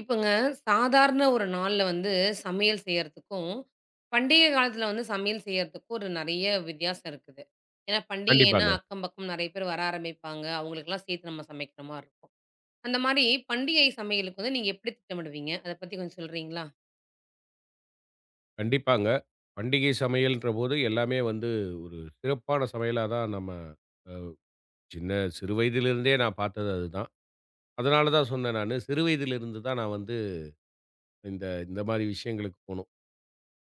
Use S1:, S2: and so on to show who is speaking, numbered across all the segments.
S1: இப்போங்க சாதாரண ஒரு நாள்ல வந்து சமையல் செய்யறதுக்கும், பண்டிகை காலத்துல வந்து சமையல் செய்யறதுக்கும் ஒரு நெறைய வித்தியாசம் இருக்குது. ஏன்னா பண்டிகைன்னா
S2: கண்டிப்பாங்க,
S1: அக்கம் பக்கம் நெறைய பேர் வர ஆரம்பிப்பாங்க. அவங்களுக்கெல்லாம் சேர்த்து நம்ம சமைக்கிற மாரி இருக்கும். அந்த மாரி பண்டிகை சமையலுக்கு வந்து நீங்க எப்படி திட்டமிடுவீங்க? அத பத்தி கொஞ்சம் சொல்றீங்களா?
S2: கண்டிப்பாங்க. பண்டிகை சமையல்ன்றபோது எல்லாமே வந்து ஒரு சிறப்பான சமையலா தான் நம்ம சின்ன சிறு வயதிலிருந்தே நான் பார்த்தது அதுதான். அதனால தான் சொன்னேன் நானு. சிறு வயதிலிருந்து தான் நான் வந்து இந்த இந்த மாரி விஷயங்களுக்கு போணும்.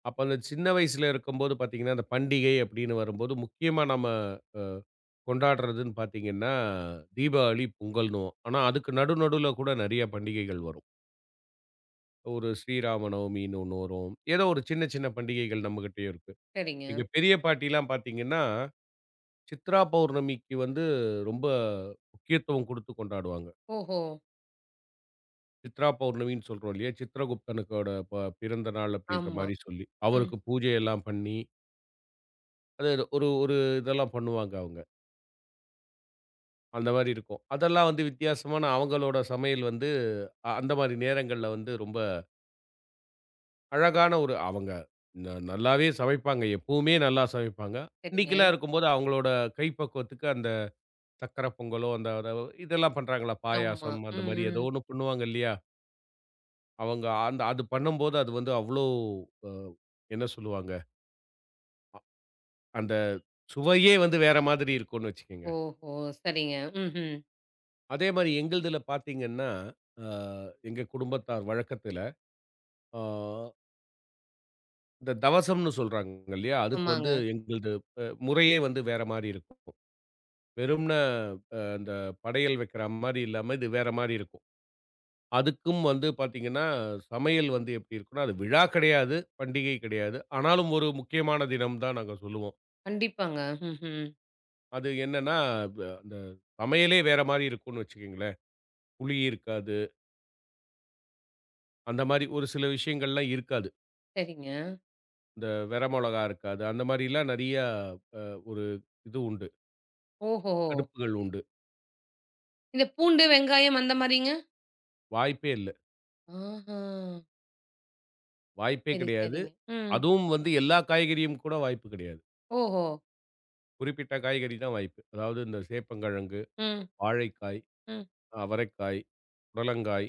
S2: அப்ப அந்த சின்ன வயசுல இருக்கும்போது பார்த்தீங்கன்னா, அந்த பண்டிகை அப்படின்னு வரும்போது முக்கியமா நம்ம அ கொண்டாடுறதுன்னு பார்த்தீங்கன்னா, தீபாவளி, பொங்கல்ன்னுவோம். ஆனா அதுக்கு நடு நடுவுல கூட நெறைய பண்டிகைகள் வரும். ஒரு ஸ்ரீராம நவமின்னு ஒண்ணு வரும். ஏதோ ஒரு சின்ன சின்ன பண்டிகைகள் நம்மகிட்டயும் இருக்கு.
S1: சரிங்க.
S2: எங்க பெரிய பாட்டிலாம் பார்த்தீங்கன்னா சித்ரா பௌர்ணமிக்கு வந்து ரொம்ப முக்கியத்துவம் குடுத்து கொண்டாடுவாங்க.
S1: ஓஹோ!
S2: சித்ரா பௌர்ணமின்னு சொல்றோம் இல்லையா? சித்ரகுப்தனுக்கோட பிறந்த நாள் அப்படின்ற
S1: ஆமா.
S2: மாரி சொல்லி.
S1: ம்.
S2: அவருக்கு பூஜை எல்லாம் பண்ணி, அது ஒரு ஒரு இதெல்லாம் பண்ணுவாங்க அவங்க. அந்த மாரி இருக்கும். அதெல்லாம் வந்து வித்தியாசமான அவங்களோட சமையல் வந்து அந்த மாரி நேரங்கள்ல வந்து ரொம்ப அழகான ஒரு அவங்க நல்லாவே சமைப்பாங்க. எப்பவுமே நல்லா சமைப்பாங்க.
S1: சரிங்க.
S2: இன்னைக்கெல்லாம் இருக்கும்போது அவங்களோட கைப்பக்குவத்துக்கு அந்த சர்க்கரை பொங்கலோ, அந்த இதெல்லாம் பண்றாங்கல்ல
S1: ஆமா.
S2: பாயாசம் அந்த
S1: ம்,
S2: மாரி ஏதோ
S1: ம்.
S2: ஒண்ணு பண்ணுவாங்க இல்லையா? அவங்க அந்த அது பண்ணும்போது அது வந்து அவ்ளோ அ என்ன சொல்லுவாங்க, அந்த சுவையே வந்து வேற மாதிரி இருக்கும்னு வச்சுக்கங்க.
S1: ஓஹோ! சரிங்க. ம்ஹ்ம்.
S2: அதே மாரி எங்களுதுல பார்த்தீங்கன்னா, அ எங்க குடும்பத்தார் வழக்கத்துல, ஆ இந்த தவசம்னு சொல்றாங்க இல்லையா? அதுக்கு வந்து
S1: ஆமாங்க.
S2: எங்களுது முறையே வந்து வேற மாரி இருக்கும். வெறும்ன அ இந்த படையல் வைக்கிற மாரி இல்லாம, இது வேற மாரி இருக்கும். அதுக்கும் வந்து பார்த்தீங்கன்னா, சமையல் வந்து எப்படி இருக்கும்னா, அது விழா கிடையாது, பண்டிகை கிடையாது. ஆனாலும் ஒரு முக்கியமான தினம் தான் நாங்க சொல்லுவோம்.
S1: கண்டிப்பாங்க. ம்ஹ்ம்.
S2: அது என்னன்னா, அந்த சமையலே வேற மாரி இருக்கும்னு வச்சுக்கங்களேன். புளி இருக்காது. அந்த மாரி ஒரு சில விஷயங்கள்லாம் இருக்காது.
S1: சரிங்க.
S2: இந்த வெர மொளகா இருக்காது. அந்த மாரிலாம் நெறையா அ ஒரு இது உண்டு.
S1: ஓஹோ!
S2: தடுப்புகள் உண்டு.
S1: இந்த பூண்டு, வெங்காயம் அந்த மாரிங்க?
S2: வாய்ப்பே இல்ல.
S1: ஆஹா!
S2: வாய்ப்பே
S1: சரி,
S2: கிடையாது.
S1: சரிங்க. ம்.
S2: அதுவும் வந்து எல்லா காய்கறியும் கூட வாய்ப்பு கிடையாது.
S1: ஓஹோ!
S2: குறிப்பிட்ட காய்கறி தான் வாய்ப்பு. அதாவது இந்த சேப்பங்கிழங்கு,
S1: ம்,
S2: வாழைக்காய்,
S1: ம்,
S2: அவரைக்காய், புடலங்காய்,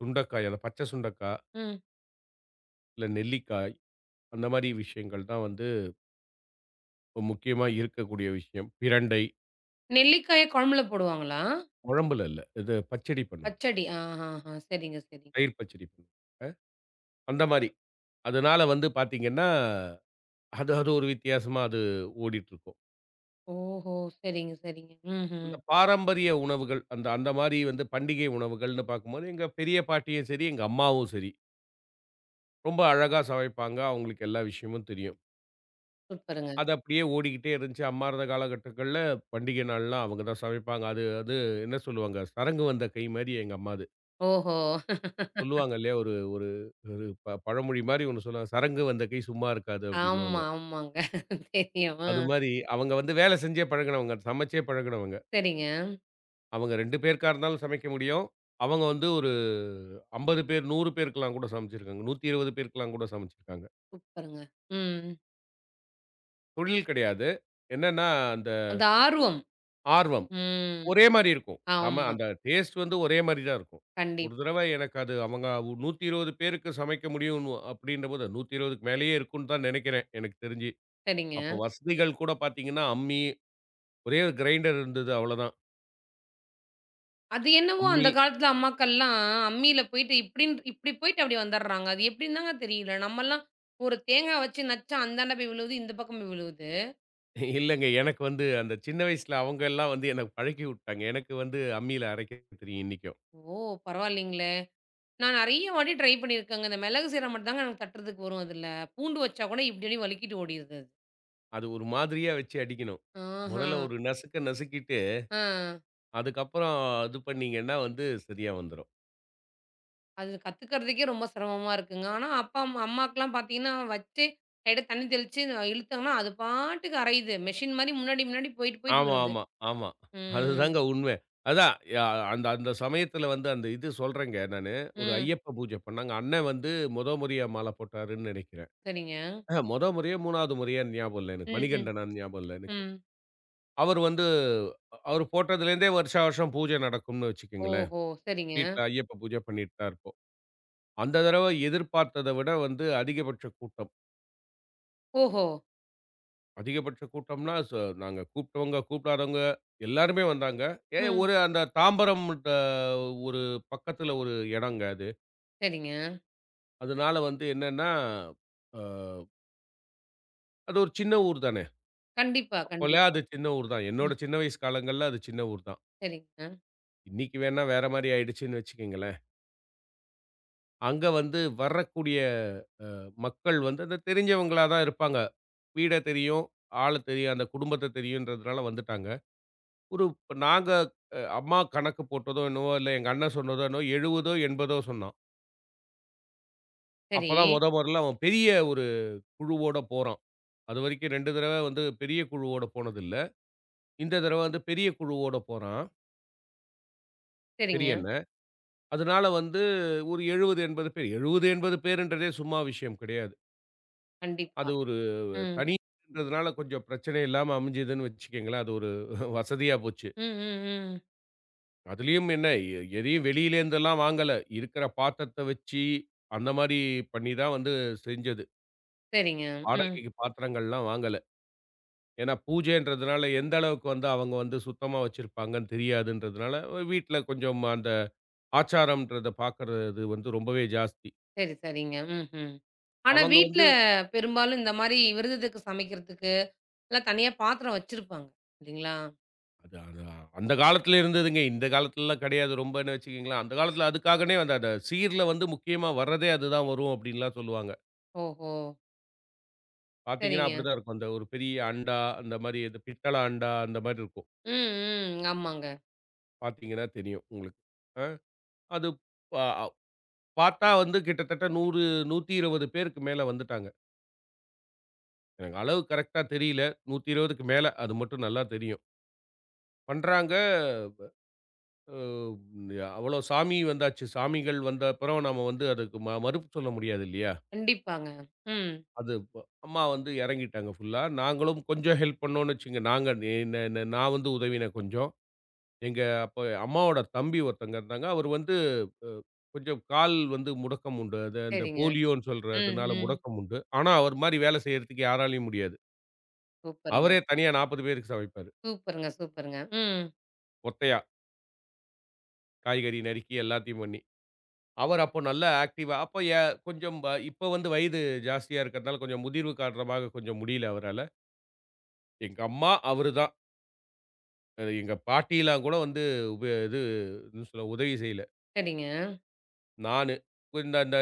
S2: சுண்டைக்காய் அந்த பச்சை சுண்டைக்கா,
S1: ம்.
S2: இல்ல நெல்லிக்காய் அந்த மாரி விஷயங்கள் தான் வந்து முக்கியமா இருக்கக்கூடிய விஷயம். பிரண்டை.
S1: நெல்லிக்காய குழம்புல போடுவாங்களா?
S2: குழம்புல இல்ல. இது பச்சடி பண்ணுவோம்.
S1: பச்சடி. ஆஹாஹா! சரிங்க, சரிங்க.
S2: தயிர் பச்சடி பண்ணுவாங்க. அந்த மாரி. அதனால வந்து பார்த்தீங்கன்னா, அது அது ஒரு வித்தியாசமா அது ஓடிட்டுருக்கும்.
S1: ஓஹோ! சரிங்க, சரிங்க. ம்ஹ்ம்.
S2: அந்த பாரம்பரிய உணவுகள், அந்த அந்த மாரி வந்து பண்டிகை உணவுகள்னு பார்க்கும்போது, எங்க பெரிய பாட்டியும் சரி, எங்க அம்மாவும் சரி, ரொம்ப அழகா சமைப்பாங்க. அவங்களுக்கு எல்லா விஷயமும் தெரியும்.
S1: சூப்பருங்க.
S2: அது அப்படியே ஓடிக்கிட்டே இருந்துச்சு. அம்மா இருந்த காலகட்டங்கள்ல பண்டிகை நாள்லாம் அவங்க தான் சமைப்பாங்க. அது அது என்ன சொல்லுவாங்க, சரங்கு வந்த கை மாரி எங்க அம்மாது.
S1: ஓஹோ!
S2: சொல்லுவாங்க இல்லையா, ஒரு ஒரு ஒரு ப பழமொழி மாரி ஒண்ணு சொல்லுவாங்க. "சரங்கு வந்த கை சும்மா இருக்காது" அப்படின்னுவாங்க.
S1: ஆமா, ஆமாங்க. தெரியும். ஆ.
S2: அது மாரி அவங்க வந்து வேலை செஞ்சே பழகுனவங்க. சமைச்சே பழகுனவங்க.
S1: சரிங்க.
S2: அவங்க 2 பேருக்கா இருந்தாலும் சமைக்க முடியும். அவங்க வந்து ஒரு 50 பேர், 100 பேருக்கெல்லாம் கூட சமைச்சிருக்காங்க. 120 பேருக்கெல்லாம் கூட சமைச்சிருக்காங்க.
S1: சூப்பருங்க. ம்.
S2: தொழில் கிடையாது. என்னன்னா, அந்த
S1: அந்த ஆர்வம்.
S2: ஆர்வம்.
S1: ம்.
S2: ஒரே மாரி இருக்கும். ஆமா,
S1: ஆமா.
S2: அந்த டேஸ்ட் வந்து ஒரே மாரி தான் இருக்கும். ஒரு
S1: கண்டிப்
S2: தடவ எனக்கு அது அவங்க 120 பேருக்கு சமைக்க முடியும்னு அப்படின்றபோது 120க்கு மேலேயே இருக்கும்ன்னு தான் நெனைக்கிறேன், எனக்கு தெரிஞ்சு.
S1: சரிங்க.
S2: அப்போ வசதிகள் கூட பார்த்தீங்கன்னா, அம்மி, ஒரே ஒரு கிரைண்டர் இருந்தது அவ்வளோதான்.
S1: அது என்னவோ
S2: அம்மி
S1: அந்த காலத்துல அம்மாக்கள்லாம் அம்மியில போயிட்டு இப்படின்னு இப்படி போயிட்டு அப்படி வந்துடுறாங்க. அது எப்படின்னு தாங்க தெரியல. நம்மலாம் ஒரு தேங்காய் வச்சு நச்சா அந்தாண்ட போய் விழுவுது, இந்த பக்கம் போய் விழுவுது.
S2: இல்லங்க. எனக்கு வந்து அந்த சின்ன வயசுல அவங்க எல்லாம் வந்து எனக்கு பழக்கி விட்டாங்க. எனக்கு வந்து அம்மியில அரைக்க தெரியும் இன்னிக்கும்.
S1: ஓ! பரவாயில்லைங்களே! நான் நெறைய வாட்டி ட்ரை பண்ணியிருக்கேங்க. இந்த மிளகு சீரகம் மட்டும் தாங்க எனக்கு தட்டுறதுக்கு வரும் அதுல. பூண்டு வச்சா கூட இப்படி இப்படி வழுக்கிட்டு ஓடிருது அது.
S2: அது ஒரு மாதிரியா வச்சு அடிக்கணும்.
S1: ஆஹா.
S2: முதல்ல ஒரு நசுக்க நசுக்கிட்டு,
S1: ஆ.
S2: அதுக்கப்புறம் இது பண்ணீங்கன்னா வந்து சரியா வந்துரும்.
S1: அது கத்துக்கிறதுக்கே ரொம்ப சிரமமா இருக்குங்க. ஆனா அப்பா, அம்மாக்கெல்லாம் பார்த்தீங்கன்னா வச்சு லைட்டா தண்ணி தெளிச்சு இழுத்தாங்கன்னா, அது பாட்டுக்கு அரையுது. மெஷின் மாரி முன்னாடி முன்னாடி போயிட்டு போயிட்டு
S2: ஆமா,
S1: வருது.
S2: ஆமா, ஆமா.
S1: ம்.
S2: அதுதாங்க உண்மை. அதான் யா அந்த அந்த சமயத்துல வந்து அந்த இது சொல்றேங்க நானு. ஒரு
S1: ம்.
S2: ஐயப்ப பூஜை பண்ணாங்க. அண்ணன் வந்து மொத முறையா மாலை போட்டாருன்னு நெனைக்கிறேன்.
S1: சரிங்க.
S2: மொத முறையோ, 3வது முறையோன்னு ஞாபகம் இல்ல எனக்கு.
S1: ம், ம்,
S2: மணிகண்டனான்னு ஞாபகம் இல்ல எனக்கு.
S1: ம்.
S2: அவர் வந்து அவரு போட்டதுலேருந்தே வருஷா வருஷம் பூஜை நடக்கும்னு வச்சுக்கங்களேன்.
S1: ஓஹோ! சரிங்க.
S2: வீட்ல ஐயப்ப பூஜை பண்ணிட்டு தான் இருப்போம். அந்த தடவ எதிர்பார்த்தத விட வந்து அதிகபட்ச கூட்டம்.
S1: ஓஹோ!
S2: அதிகபட்ச கூட்டம்னா, நாங்க கூப்பிட்டவங்க, கூப்பிடாதவங்க எல்லாருமே வந்தாங்க.
S1: ம்.
S2: ஒரு அந்த தாம்பரம் ஒரு பக்கத்துல ஒரு இடங்க அது.
S1: சரிங்க.
S2: அதனால வந்து என்னன்னா, அ அது ஒரு சின்ன ஊர் தானே.
S1: கண்டிப்பா, கண்டிப்பா.
S2: அப்போலாம் அது சின்ன ஊர் தான். என்னோட
S1: ம்.
S2: சின்ன வயசு காலங்கள்ல அது சின்ன ஊர் தான்.
S1: சரிங்க.
S2: இன்னைக்கு வேணா வேற மாரி ஆயிடுச்சுன்னு வச்சுக்கங்களேன். அங்க வந்து வரக்கூடிய மக்கள் வந்து அந்த தெரிஞ்சவங்களா தான் இருப்பாங்க. வீட தெரியும், ஆள தெரியும், அந்த குடும்பத்த தெரியுன்றதுனால வந்துட்டாங்க. ஒரு இப்ப நாங்க அம்மா கணக்கு போட்டதோ என்னவோ, இல்ல எங்க அண்ணன் சொன்னதோ என்னவோ 70 80 சொன்னான்.
S1: சரி,
S2: அப்ப தான் மொதல்ல அவன் பெரிய ஒரு குழுவோட போறான். அதுவரைக்கும் 2 தடவ வந்து பெரிய குழுவோட போனதில்ல. இந்த தடவ வந்து பெரிய குழுவோட போறான்,
S1: சரிங்க.
S2: பெரிய அண்ணன். அதனால வந்து ஒரு 70 80 பேர். 70 80 பேருன்றதே சும்மா விஷயம் கிடையாது.
S1: கண்டிப்பா.
S2: அது ஒரு
S1: ம்.
S2: தனின்றதுனால கொஞ்சம் பிரச்சனை இல்லாம அமைஞ்சதுன்னு வச்சுக்கங்களேன். அது ஒரு வசதியா போச்சு.
S1: ம், ம், ம்.
S2: அதுலயும் என்ன எதையும் வெளியிலேருந்தெல்லாம் வாங்கல. இருக்கிற பாத்திரத்த வச்சு, அந்த மாரி பண்ணி தான் வந்து செஞ்சது.
S1: சரிங்க. ம்.
S2: வாடகைக்கு பாத்திரங்கள்லாம் வாங்கல. ஏன்னா பூஜைன்றதுனால எந்த அளவுக்கு வந்து அவங்க வந்து சுத்தமா வச்சிருப்பாங்கன்னு தெரியாதுன்றதுனால, வீட்ல கொஞ்சம் அந்த ஆச்சாரம்ன்றத பார்க்கறது வந்து ரொம்பவே ஜாஸ்தி.
S1: சரி, சரிங்க. ம்ஹ்ம். ஆனா
S2: அவங்க
S1: வீட்ல
S2: வந்து
S1: பெரும்பாலும் இந்த மாரி விருதுக்கு சமைக்கிறதுக்கு, எல்லாம் தனியா பாத்திரம் வச்சிருப்பாங்க. இல்லைங்களா?
S2: அதான், அதான். அந்த காலத்துல இருந்ததுங்க. இந்த காலத்துலலாம் கிடையாது. ரொம்பன்னு வச்சுக்கங்களேன். அந்த காலத்துல அதுக்காகனே அந்த அந்த சீர்ல வந்து முக்கியமா வர்றதே அதுதான் வரும் அப்டின்லாம் சொல்லுவாங்க.
S1: ஓஹோ!
S2: பார்த்தீங்கன்னா,
S1: சரிங்க.
S2: அப்படிதான் இருக்கும். அந்த ஒரு பெரிய அண்டா, அந்த மாரி இது பித்தள அண்டா அந்த மாரி இருக்கும்.
S1: ம், ம். ஆமாங்க.
S2: பார்த்தீங்கன்னா தெரியும் உங்களுக்கு. அ அது ப பார்த்தா வந்து கிட்டத்தட்ட 100 120 பேருக்கு மேல வந்துட்டாங்க. எனக்கு அளவு கரெக்ட்டா தெரியல. 120க்கு மேல. அது மட்டும் நல்லா தெரியும். பண்றாங்க. அ அவ்வளோ சாமி வந்தாச்சு. சாமிகள் வந்த அப்புறம் நாம வந்து அதுக்கு மறுப்பு சொல்ல முடியாது இல்லையா?
S1: கண்டிப்பாங்க. ம்.
S2: அது ப அம்மா வந்து இறங்கிட்டாங்க ஃபுல்லா. நாங்களும் கொஞ்சம் ஹெல்ப் பண்ணோம்னு வச்சுக்கங்க. நாங்க நே நே நே நான் வந்து உதவினேன் கொஞ்சம். எங்க அப்ப அம்மாவோட தம்பி ஒருத்தங்க இருந்தாங்க. அவர் வந்து அ கொஞ்சம் கால் வந்து முடக்கம் உண்டு. அது அந்த
S1: சரிங்க.
S2: போலியோன்னு
S1: ம்,
S2: சொல்றதுனால
S1: ம்.
S2: முடக்கம் உண்டு. ஆனா, அவர் மாரி வேலை செய்யறதுக்கு யாராலயும் முடியாது.
S1: சூப்பருங்க,
S2: அவரே தனியா 40 பேருக்கு சமைப்பாரு.
S1: சூப்பருங்க, சூப்பருங்க. ம்.
S2: ஒத்தையா. காய்கறி நறுக்கி எல்லாத்தையும் பண்ணி. அவர் அப்போ நல்லா ஆக்டிவா அப்ப எ கொஞ்சம் வ இப்ப வந்து வயது ஜாஸ்தியா இருக்கிறதுனால கொஞ்சம் முதிர்வு காரணமாக கொஞ்சம் முடியல அவரால. எங்க அம்மா, அவரு தான். அது எங்க பாட்டிலாம் கூட வந்து இது என்ன சொல்ல உதவி செய்யல.
S1: சரிங்க.
S2: நானு. இந்த அந்த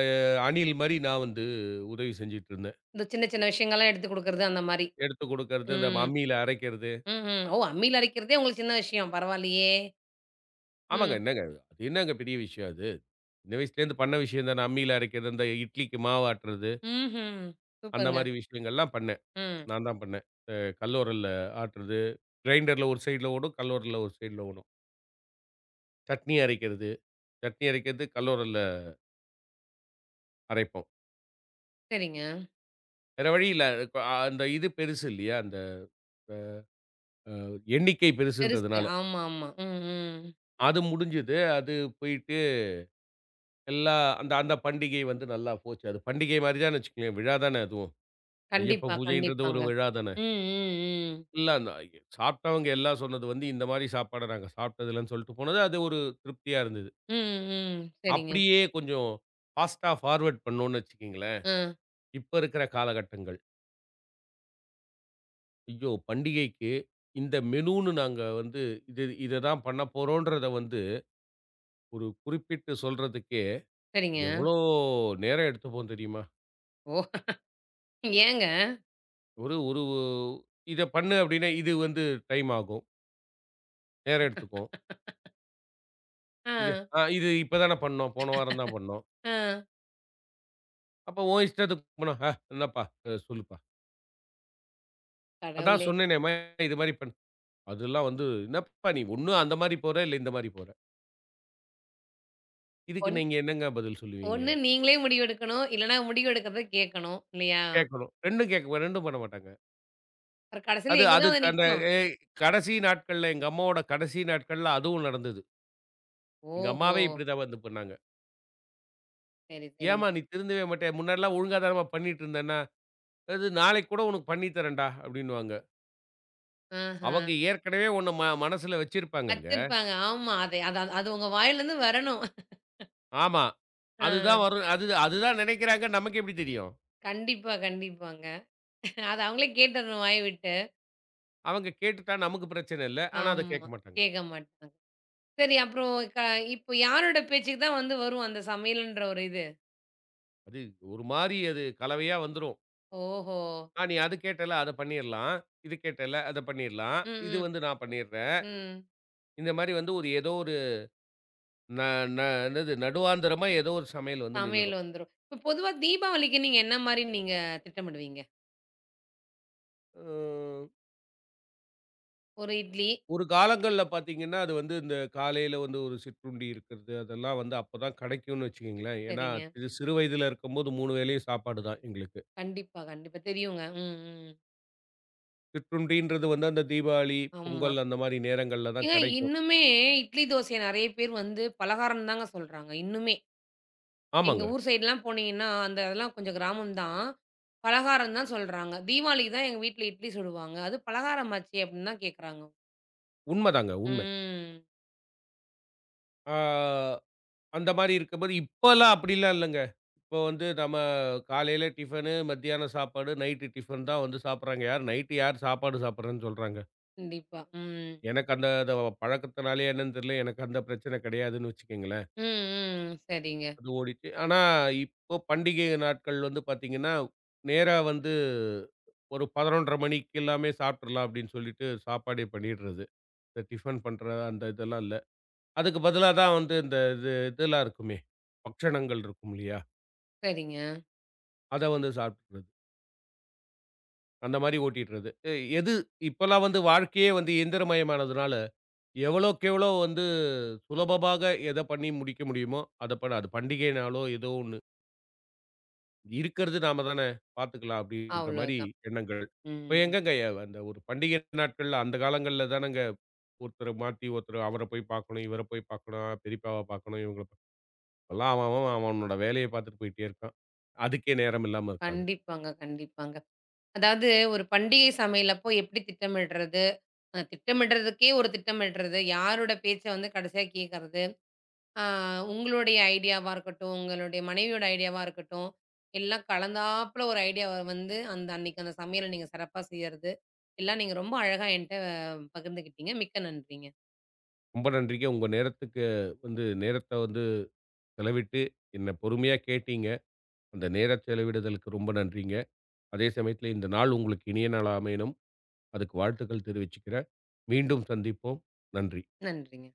S2: அணில் மாரி நான் வந்து உதவி செஞ்சுட்டு இருந்தேன்.
S1: இந்த சின்ன, சின்ன விஷயங்கள்லாம் எடுத்து குடுக்குறது அந்த மாரி.
S2: எடுத்து குடுக்கறது, இந்த
S1: ம்.
S2: அம்மியில அரைக்கிறது.
S1: ம்ஹ்ம். ஓ! அம்மில அரைக்கிறதே உங்களுக்கு சின்ன விஷயம். பரவாயில்லையே!
S2: ஆமாங்க.
S1: ம்.
S2: என்னங்க அது அது என்னங்க பெரிய விஷயம் அது? சின்ன வயசுலேருந்து பண்ண விஷயம் தானே. அம்மியில அரைக்கிறது, இந்த இட்லிக்கு மாவு ஆட்டுறது,
S1: ம்ஹ்ம்.
S2: அந்த
S1: சூப்பருங்க.
S2: மாரி விஷயங்கள்லாம் பண்ணேன்.
S1: ம்.
S2: நான் தான் பண்ணேன். அ கல்லோரல்ல ஆட்டுறது, கிரைண்டர்ல ஒரு சைடுல ஓடும், கல்லோரல்ல ஒரு சைடுல ஓடும். சட்னி அரைக்கிறது, சட்னி அரைக்கிறது கல்லோரல்ல அரைப்போம்.
S1: சரிங்க.
S2: வேற வழி இல்ல. அ அந்த இது பெருசு இல்லையா? அந்த எண்ணிக்கை
S1: பெருசு.
S2: பெருசுன்றதுனால.
S1: ஆமா, ஆமா. ம், ம்.
S2: அது முடிஞ்சது. அது போயிட்டு எல்லா அந்த அந்த பண்டிகை வந்து நல்லா போச்சு. அது பண்டிகை மாரி தான்னு வச்சுக்கங்களேன். விழா தானே அதுவும். ஐயப்ப
S1: கண்டிப்பா,
S2: பூஜைன்றது ஒரு
S1: கண்டிப்பாங்க.
S2: விழா தானே.
S1: ம், ம், ம்.
S2: இல்ல அந்த சாப்பிட்டவங்க எல்லாம் சொன்னது வந்து, இந்த மாரி சாப்பாட நாங்க சாப்பிட்டது இல்லன்னு சொல்லிட்டு போனது. அது ஒரு திருப்தியா இருந்தது.
S1: ம், ம். சரிங்க.
S2: அப்படியே கொஞ்சம் ஃபாஸ்ட்டா ஃபார்வர்ட் பண்ணோம்னு வச்சுக்கங்களேன்.
S1: ஆ.
S2: இப்ப இருக்கிற காலகட்டங்கள். ஐயோ! பண்டிகைக்கு இந்த மெனூன்னு நாங்க வந்து இத தான் பண்ண போறோம்ன்றத வந்து ஒரு குறிப்பிட்டு சொல்றதுக்கே
S1: சரிங்க.
S2: எவ்வளோ நேரம் எடுத்துப்போம் தெரியுமா?
S1: ஓ! ஏங்க?
S2: ஒரு ஒரு இத பண்ணு அப்டின்னா, இது வந்து டைம் ஆகும். நேரம் எடுத்துக்கும்.
S1: ஆ,
S2: இது இது இப்ப தானே பண்ணோம். போன வாரம் தான் பண்ணோம்.
S1: ஆ.
S2: அப்ப உன் இஷ்டத்துக்கு பண்ண, என்னப்பா சொல்லுப்பா. அதான்
S1: கடவுளே!
S2: சொன்னேனேம்மா இது மாரி பண்ணு." அதெல்லாம் வந்து, "என்னப்பா நீ ஒண்ணு அந்த மாரி போற, இல்ல இந்த மாரி போற." இதுக்கு
S1: ஒன்
S2: நீங்க என்னங்க பதில் சொல்லுவீங்க?
S1: ஒண்ணு நீங்களே முடிவெடுக்கணும். இல்லன்னா முடிவெடுக்கிறத கேட்கணும். இல்லையா?
S2: கேட்கணும். 2ம் கேட்க 2ம் பண்ண மாட்டாங்க.
S1: அப்புறம் கடைசியில
S2: அது
S1: எங்க தான் வந்து
S2: அதுக்கு அந்த
S1: நிக்கும்.
S2: எ கடைசி நாட்கள்ல எங்க அம்மாவோட கடைசி நாட்கள்ல அதுவும் நடந்தது. எங்க
S1: ஓஹோ!
S2: அம்மாவே இப்படிதான் வந்து பண்ணாங்க.
S1: சரி, சரிங்க.
S2: "ஏம்மா நீ திருந்தவே மாட்டியா? முன்னாடிலாம் ஒழுங்கா தானம்மா பண்ணிட்டு இருந்தேன்னா" அது நாளைக்கு கூட உனக்கு பண்ணி தரேன்டா அப்படின்னுவாங்க.
S1: ஆஹ.
S2: அவங்க ஏற்கனவே உன்ன மனசுல வச்சிருப்பாங்கங்க.
S1: வச்சிருப்பாங்க. ஆமா. அதை அது அது அது உங்க வாயிலருந்து வரணும்.
S2: ஆமா. அதுதான்
S1: ஆ.
S2: வரும். அது அதுதான் நினைக்கிறாங்க. நமக்கு எப்படி தெரியும்?
S1: கண்டிப்பா, கண்டிப்பாங்க. அது அவங்களே கேட்டுறணும் வாய விட்டு.
S2: அவங்க கேட்டுட்டா நமக்கு பிரச்சனை இல்ல. ஆனா அத
S1: ஆமா.
S2: கேட்க மாட்டாங்க.
S1: கேட்க மாட்டாங்க. சரி, அப்புறம் க இப்போ யாரோட பேச்சுக்கு தான் வந்து வரும் அந்த சமையல்ன்ற ஒரு இது?
S2: அது ஒரு மாரி அது கலவையா வந்துரும்.
S1: ஓஹோ!
S2: ஆ நீ அது கேட்டல்ல அத பண்ணிறலாம். இது கேட்டல்ல அத பண்ணிறலாம்.
S1: ம்,
S2: இது வந்து
S1: ம்,
S2: நான் பண்ணிடுறேன்.
S1: ம்.
S2: இந்த மாரி வந்து ஒரு ஏதோ ஒரு ந ந என்னது நடுவாந்திரமா ஏதோ ஒரு சமையல் வந்து
S1: சமையல்
S2: நின்னுடும்.
S1: வந்துரும். இப்ப பொதுவா தீபாவளிக்கு நீங்க என்ன மாரி நீங்க திட்டமிடுவீங்க?
S2: ம்.
S1: ஒரு இட்லி.
S2: ஒரு காலங்கள்ல பார்த்தீங்கன்னா, அது வந்து இந்த காலையில வந்து ஒரு சிற்றுண்டி இருக்கிறது, அதெல்லாம் வந்து அப்பதான் கிடைக்கும்னு வச்சுக்கங்களேன். ஏன்னா,
S1: சரிங்க.
S2: இது சிறு வயதில இருக்கும்போது 3 வேளையும் சாப்பாடு தான் எங்களுக்கு.
S1: கண்டிப்பா, கண்டிப்பா. தெரியுங்க. ம், ம்.
S2: சிற்றுண்டின்றது வந்து அந்த தீபாவளி,
S1: ஆமா.
S2: பொங்கல் அந்த மாரி நேரங்கள்ல தான்
S1: ஏங்க
S2: கிடைக்கும்.
S1: இன்னுமே இட்லி, தோசைய நெறைய பேர் வந்து பலகாரம் தாங்க சொல்றாங்க. இன்னுமே. எங்க
S2: ஆமாங்க.
S1: ஊர் சைடுலாம் போனீங்கன்னா, அந்த அதெல்லாம் கொஞ்சம் கிராமம் தான். பலகாரம் தான் சொல்றாங்க. தீபாவளிக்கு தான் எங்க வீட்ல இட்லி சுடுவாங்க. அது பலகாரமாச்சே அப்டின்னு தான் கேட்குறாங்க.
S2: உண்மதாங்க உண்மை.
S1: ம்.
S2: ஆ அந்த மாரி இருக்கும்போது இப்பலாம் அப்படிலாம் இல்லங்க. இப்போ வந்து நம்ம காலையில டிஃபனு, மத்தியானம் சாப்பாடு, நைட்டு டிஃபன் தான் வந்து சாப்பிடுறாங்க. யார் நைட்டு யார் சாப்பாடு சாப்பிடுறேன்னு சொல்றாங்க.
S1: கண்டிப்பா. ம்.
S2: எனக்கு அந்த அத பழக்கத்தினாலயா என்னன்னு தெரியல. எனக்கு அந்த பிரச்சனை கிடையாதுன்னு வச்சுக்கங்களேன்.
S1: ம், ம். சரிங்க,
S2: அது ஓடிச்சு. ஆனா, இப்போ பண்டிகை நாட்கள் வந்து பார்த்தீங்கன்னா, நேரா வந்து ஒரு 11:30 மணிக்கு எல்லாமே சாப்பிட்டுறலாம் அப்படின்னு சொல்லிட்டு சாப்பாடே பண்ணிடுறது. இந்த டிஃபன் பண்ற அந்த இதெல்லாம் இல்ல. அதுக்கு பதிலா தான் வந்து இந்த இது இதெல்லாம் இருக்குமே, பக்ஷணங்கள் இருக்கும் இல்லையா?
S1: சரிங்க.
S2: அத வந்து சாப்பிட்டுறது. அந்த மாரி ஓட்டிடுறது. எது இப்பல்லாம் வந்து வாழ்க்கையே வந்து இயந்திரமயமானதுனால, எவ்வளோக்கு எவ்வளோ வந்து சுலபமாக எத பண்ணி முடிக்க முடியுமோ, அத பண்ண அது பண்டிகைனாலோ ஏதோ ஒண்ணு. இருக்கிறது நாம தானே பார்த்துக்கலாம் அப்படின்ற மாரி
S1: அவ்ளோதான்.
S2: எண்ணங்கள். இப்ப
S1: ம்.
S2: எங்கங்க அந்த ஒரு பண்டிகை நாட்கள்ல அந்த காலங்கள்ல தானங்க ஒருத்தர மாத்தி ஒருத்தர் அவர போய் பார்க்கணும், இவர போய் பார்க்கணும், பெரியப்பாவ பார்க்கணும், இவங்கள பா இப்பல்லாம் அவன் அவன் அவன் அவனோட வேலைய பார்த்துட்டு போயிட்டே இருக்கான். அதுக்கே நேரம் இல்லாம இருக்காங்க.
S1: கண்டிப்பாங்க, கண்டிப்பாங்க. அதாவது ஒரு பண்டிகை சமையல் அப்போ எப்டி திட்டமிடுறது? திட்டமிடுறதுக்கே ஒரு திட்டமிடுறது. யாரோட பேச்ச வந்து கடைசியா கேட்கறது? ஆ, உங்களுடைய ஐடியாவா இருக்கட்டும், உங்களுடைய மனைவியோட ஐடியாவா இருக்கட்டும், எல்லாம் கலந்தாப்புல ஒரு ஐடியாவ வந்து அந்த அன்னைக்கு அந்த சமையல நீங்க சிறப்பா செய்யறது, எல்லாம் நீங்க ரொம்ப அழகா என்ட்ட பகிர்ந்துக்கிட்டீங்க. மிக்க நன்றிங்க.
S2: ரொம்ப நன்றிங்க. உங்க நேரத்துக்கு வந்து நேரத்த வந்து செலவிட்டு என்ன பொறுமையா கேட்டீங்க. அந்த நேர செலவிடுதலுக்கு ரொம்ப நன்றிங்க. அதே சமயத்தில இந்த நாள் உங்களுக்கு இனிய நாளா அமையணும். அதுக்கு வாழ்த்துக்கள் தெரிவிச்சுக்கிறேன். மீண்டும் சந்திப்போம். நன்றி.
S1: நன்றிங்க.